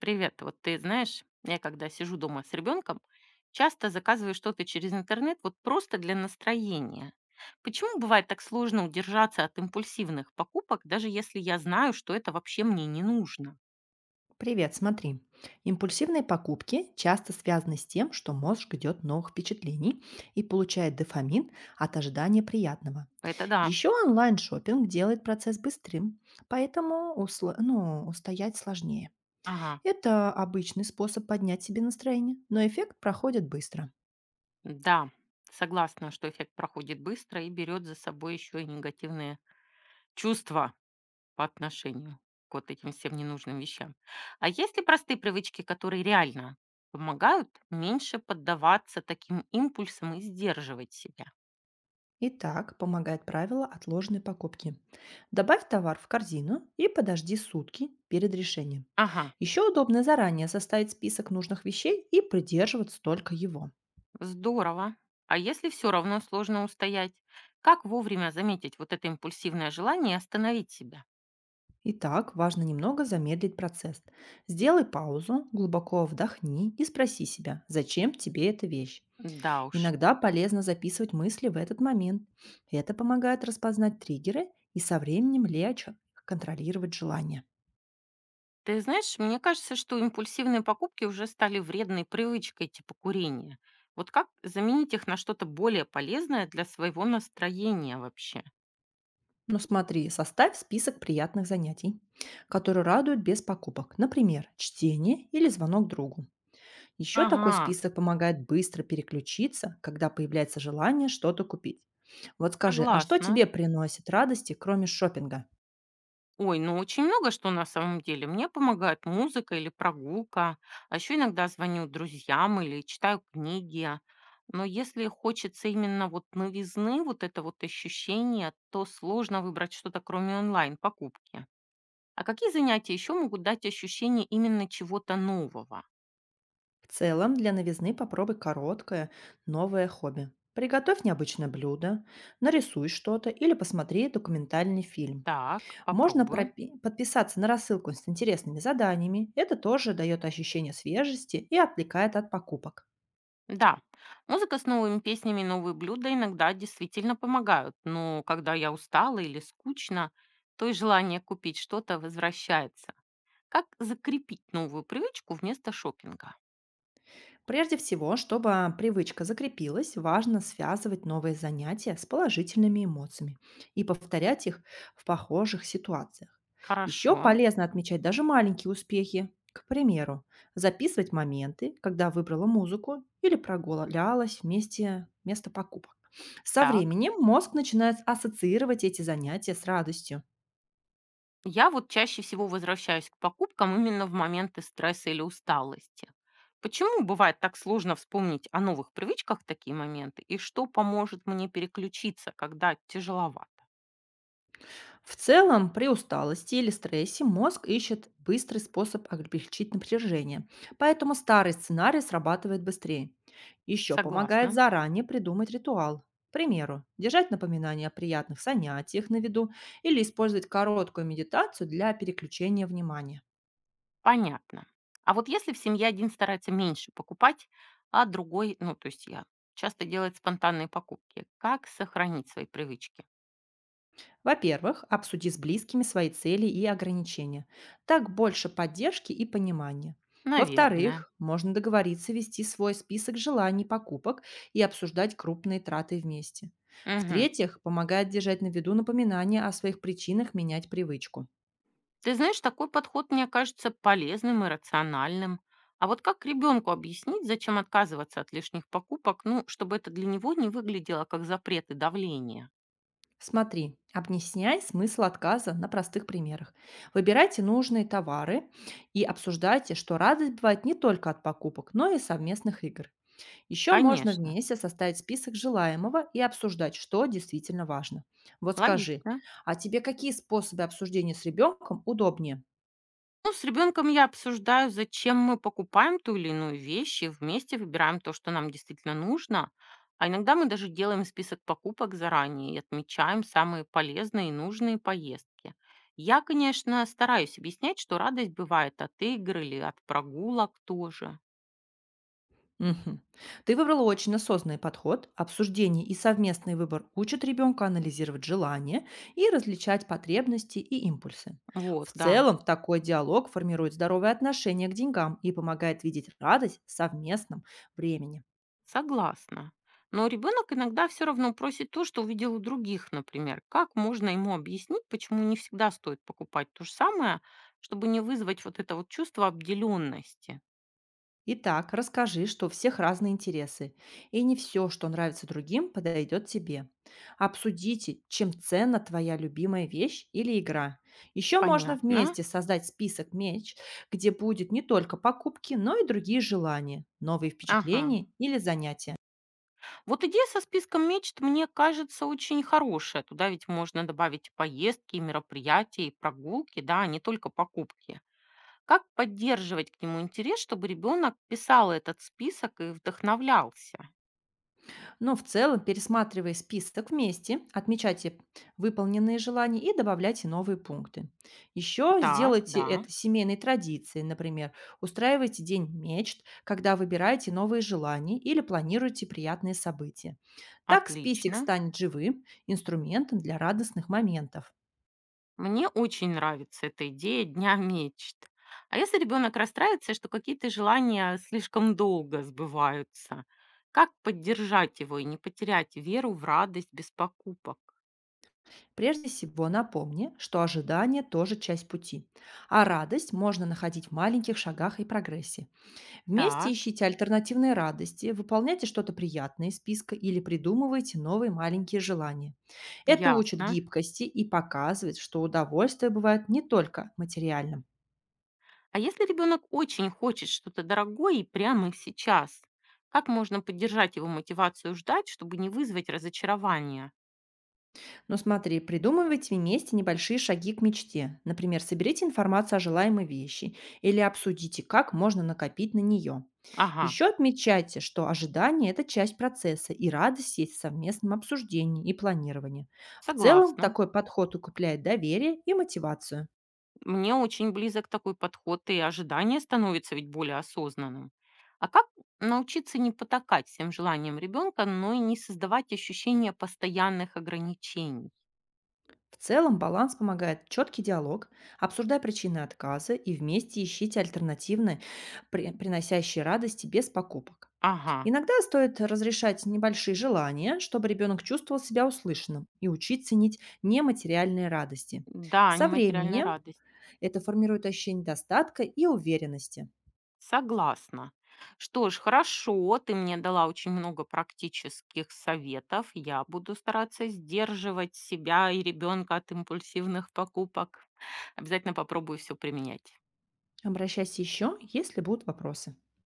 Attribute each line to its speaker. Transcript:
Speaker 1: Привет. Вот ты знаешь, я когда сижу дома с ребенком, часто заказываю что-то через интернет, вот, просто для настроения. Почему бывает так сложно удержаться от импульсивных покупок, даже если я знаю, что это вообще мне не нужно?
Speaker 2: Привет, смотри. Импульсивные покупки часто связаны с тем, что мозг ждет новых впечатлений и получает дофамин от ожидания приятного.
Speaker 1: Это да.
Speaker 2: Еще онлайн-шопинг делает процесс быстрым, поэтому устоять сложнее.
Speaker 1: Ага.
Speaker 2: Это обычный способ поднять себе настроение, но эффект проходит быстро.
Speaker 1: Да. Согласна, что эффект проходит быстро и берет за собой еще и негативные чувства по отношению к вот этим всем ненужным вещам. А есть ли простые привычки, которые реально помогают меньше поддаваться таким импульсам и сдерживать себя?
Speaker 2: Итак, помогает правило отложенной покупки. Добавь товар в корзину и подожди сутки перед решением.
Speaker 1: Ага,
Speaker 2: Еще удобно заранее составить список нужных вещей и придерживаться только его.
Speaker 1: здорово. А если все равно сложно устоять, как вовремя заметить вот это импульсивное желание и остановить себя?
Speaker 2: Итак, важно немного замедлить процесс. Сделай паузу, глубоко вдохни и спроси себя, зачем тебе эта вещь.
Speaker 1: Да уж.
Speaker 2: Иногда полезно записывать мысли в этот момент. Это помогает распознать триггеры и со временем легче контролировать желания.
Speaker 1: Ты знаешь, мне кажется, что импульсивные покупки уже стали вредной привычкой типа курения. Вот как заменить их на что-то более полезное для своего настроения вообще?
Speaker 2: Ну смотри, составь список приятных занятий, которые радуют без покупок. Например, чтение или звонок другу. Еще такой
Speaker 1: Ага.
Speaker 2: список помогает быстро переключиться, когда появляется желание что-то купить. Вот скажи, а что
Speaker 1: Согласна.
Speaker 2: тебе приносит радости, кроме шопинга?
Speaker 1: Ой, ну очень много что на самом деле. Мне помогает музыка или прогулка, а еще иногда звоню друзьям или читаю книги. Но если хочется именно вот новизны, вот это вот ощущение, то сложно выбрать что-то кроме онлайн-покупки. А какие занятия еще могут дать ощущение именно чего-то нового?
Speaker 2: В целом, для новизны попробуй короткое, новое хобби. Приготовь необычное блюдо, нарисуй что-то или посмотри документальный фильм.
Speaker 1: Так,
Speaker 2: Можно
Speaker 1: попробую.
Speaker 2: подписаться на рассылку с интересными заданиями. Это тоже дает ощущение свежести и отвлекает от покупок.
Speaker 1: Да, музыка с новыми песнями и новые блюда иногда действительно помогают, но когда я устала или скучно, то и желание купить что-то возвращается. Как закрепить новую привычку вместо шопинга?
Speaker 2: Прежде всего, чтобы привычка закрепилась, важно связывать новые занятия с положительными эмоциями и повторять их в похожих ситуациях. Еще
Speaker 1: Хорошо,
Speaker 2: полезно отмечать даже маленькие успехи. К примеру, записывать моменты, когда выбрала музыку или прогулялась вместе место покупок. Со
Speaker 1: так.
Speaker 2: временем мозг начинает ассоциировать эти занятия с радостью.
Speaker 1: Я вот чаще всего возвращаюсь к покупкам именно в моменты стресса или усталости. Почему бывает так сложно вспомнить о новых привычках в такие моменты и что поможет мне переключиться, когда тяжеловато?
Speaker 2: В целом, при усталости или стрессе мозг ищет быстрый способ облегчить напряжение, поэтому старый сценарий срабатывает быстрее. Еще помогает
Speaker 1: Согласна.
Speaker 2: заранее придумать ритуал. К примеру, держать напоминания о приятных занятиях на виду или использовать короткую медитацию для переключения внимания.
Speaker 1: Понятно. А вот если в семье один старается меньше покупать, а другой, ну, то есть я, часто делает спонтанные покупки, как сохранить свои привычки?
Speaker 2: Во-первых, обсуди с близкими свои цели и ограничения. Так больше поддержки и понимания.
Speaker 1: Наверное.
Speaker 2: Во-вторых, можно договориться вести свой список желаний покупок и обсуждать крупные траты вместе.
Speaker 1: Мгм.
Speaker 2: В-третьих, помогает держать на виду напоминания о своих причинах менять привычку.
Speaker 1: Ты знаешь, такой подход мне кажется полезным и рациональным. А вот как ребенку объяснить, зачем отказываться от лишних покупок, ну, чтобы это для него не выглядело как запрет и давление?
Speaker 2: Смотри, объясняй смысл отказа на простых примерах. Выбирайте нужные товары и обсуждайте, что радость бывает не только от покупок, но и совместных игр. Еще можно
Speaker 1: Конечно.
Speaker 2: вместе составить список желаемого и обсуждать, что действительно важно. Вот скажи,
Speaker 1: Логично.
Speaker 2: а тебе какие способы обсуждения с ребенком удобнее?
Speaker 1: Ну, с ребенком я обсуждаю, зачем мы покупаем ту или иную вещь, и вместе выбираем то, что нам действительно нужно. А иногда мы даже делаем список покупок заранее и отмечаем самые полезные и нужные поездки. Я, конечно, стараюсь объяснять, что радость бывает от игр или от прогулок тоже.
Speaker 2: Мгм. Ты выбрала очень осознанный подход. Обсуждение и совместный выбор учат ребенка анализировать желания и различать потребности и импульсы.
Speaker 1: Вот,
Speaker 2: В
Speaker 1: да.
Speaker 2: целом, такой диалог формирует здоровые отношения к деньгам и помогает видеть радость в совместном времени.
Speaker 1: Согласна. Но ребенок иногда все равно просит то, что увидел у других, например. Как можно ему объяснить, почему не всегда стоит покупать то же самое, чтобы не вызвать вот это вот чувство обделенности?
Speaker 2: Итак, расскажи, что у всех разные интересы, и не все, что нравится другим, подойдет тебе. Обсудите, чем ценна твоя любимая вещь или игра. Еще можно
Speaker 1: Понятно.
Speaker 2: вместе создать список меч, где будет не только покупки, но и другие желания, новые
Speaker 1: Ага.
Speaker 2: впечатления или занятия.
Speaker 1: Вот идея со списком мечт мне кажется очень хорошая. Туда ведь можно добавить и поездки, и мероприятия, и прогулки, да, а не только покупки. Как поддерживать к нему интерес, чтобы ребенок писал этот список и вдохновлялся?
Speaker 2: Но в целом, пересматривая список вместе, отмечайте выполненные желания и добавляйте новые пункты. Еще
Speaker 1: Так,
Speaker 2: сделайте
Speaker 1: да,
Speaker 2: это семейной традицией, например, устраивайте день мечт, когда выбираете новые желания или планируете приятные события. Так список
Speaker 1: отлично.
Speaker 2: станет живым инструментом для радостных моментов.
Speaker 1: Мне очень нравится эта идея дня мечт. А если ребенок расстраивается, что какие-то желания слишком долго сбываются, как поддержать его и не потерять веру в радость без покупок?
Speaker 2: Прежде всего напомни, что ожидание тоже часть пути, а радость можно находить в маленьких шагах и прогрессе. Вместе
Speaker 1: Так,
Speaker 2: ищите альтернативные радости, выполняйте что-то приятное из списка или придумывайте новые маленькие желания. Это учит
Speaker 1: ясно.
Speaker 2: гибкости и показывает, что удовольствие бывает не только материальным.
Speaker 1: А если ребенок очень хочет что-то дорогое и прямо сейчас, как можно поддержать его мотивацию ждать, чтобы не вызвать разочарования?
Speaker 2: Но смотри, придумывайте вместе небольшие шаги к мечте. Например, соберите информацию о желаемой вещи или обсудите, как можно накопить на нее.
Speaker 1: Ага,
Speaker 2: Еще отмечайте, что ожидание– это часть процесса, и радость есть в совместном обсуждении и планировании. В целом,
Speaker 1: согласна.
Speaker 2: такой подход укрепляет доверие и мотивацию.
Speaker 1: Мне очень близок такой подход, и ожидание становится ведь более осознанным. А как научиться не потакать всем желаниям ребенка, но и не создавать ощущение постоянных ограничений?
Speaker 2: В целом баланс помогает четкий диалог, обсуждай причины отказа и вместе ищите альтернативные, приносящие радости без покупок.
Speaker 1: Ага,
Speaker 2: Иногда стоит разрешать небольшие желания, чтобы ребенок чувствовал себя услышанным и учить ценить нематериальные радости.
Speaker 1: да,
Speaker 2: Со
Speaker 1: нематериальная
Speaker 2: временем
Speaker 1: радость.
Speaker 2: это формирует ощущение достатка и уверенности.
Speaker 1: Согласна. Что ж, хорошо, ты мне дала очень много практических советов. Я буду стараться сдерживать себя и ребенка от импульсивных покупок. Обязательно попробую все применять.
Speaker 2: Обращайся еще, если будут вопросы.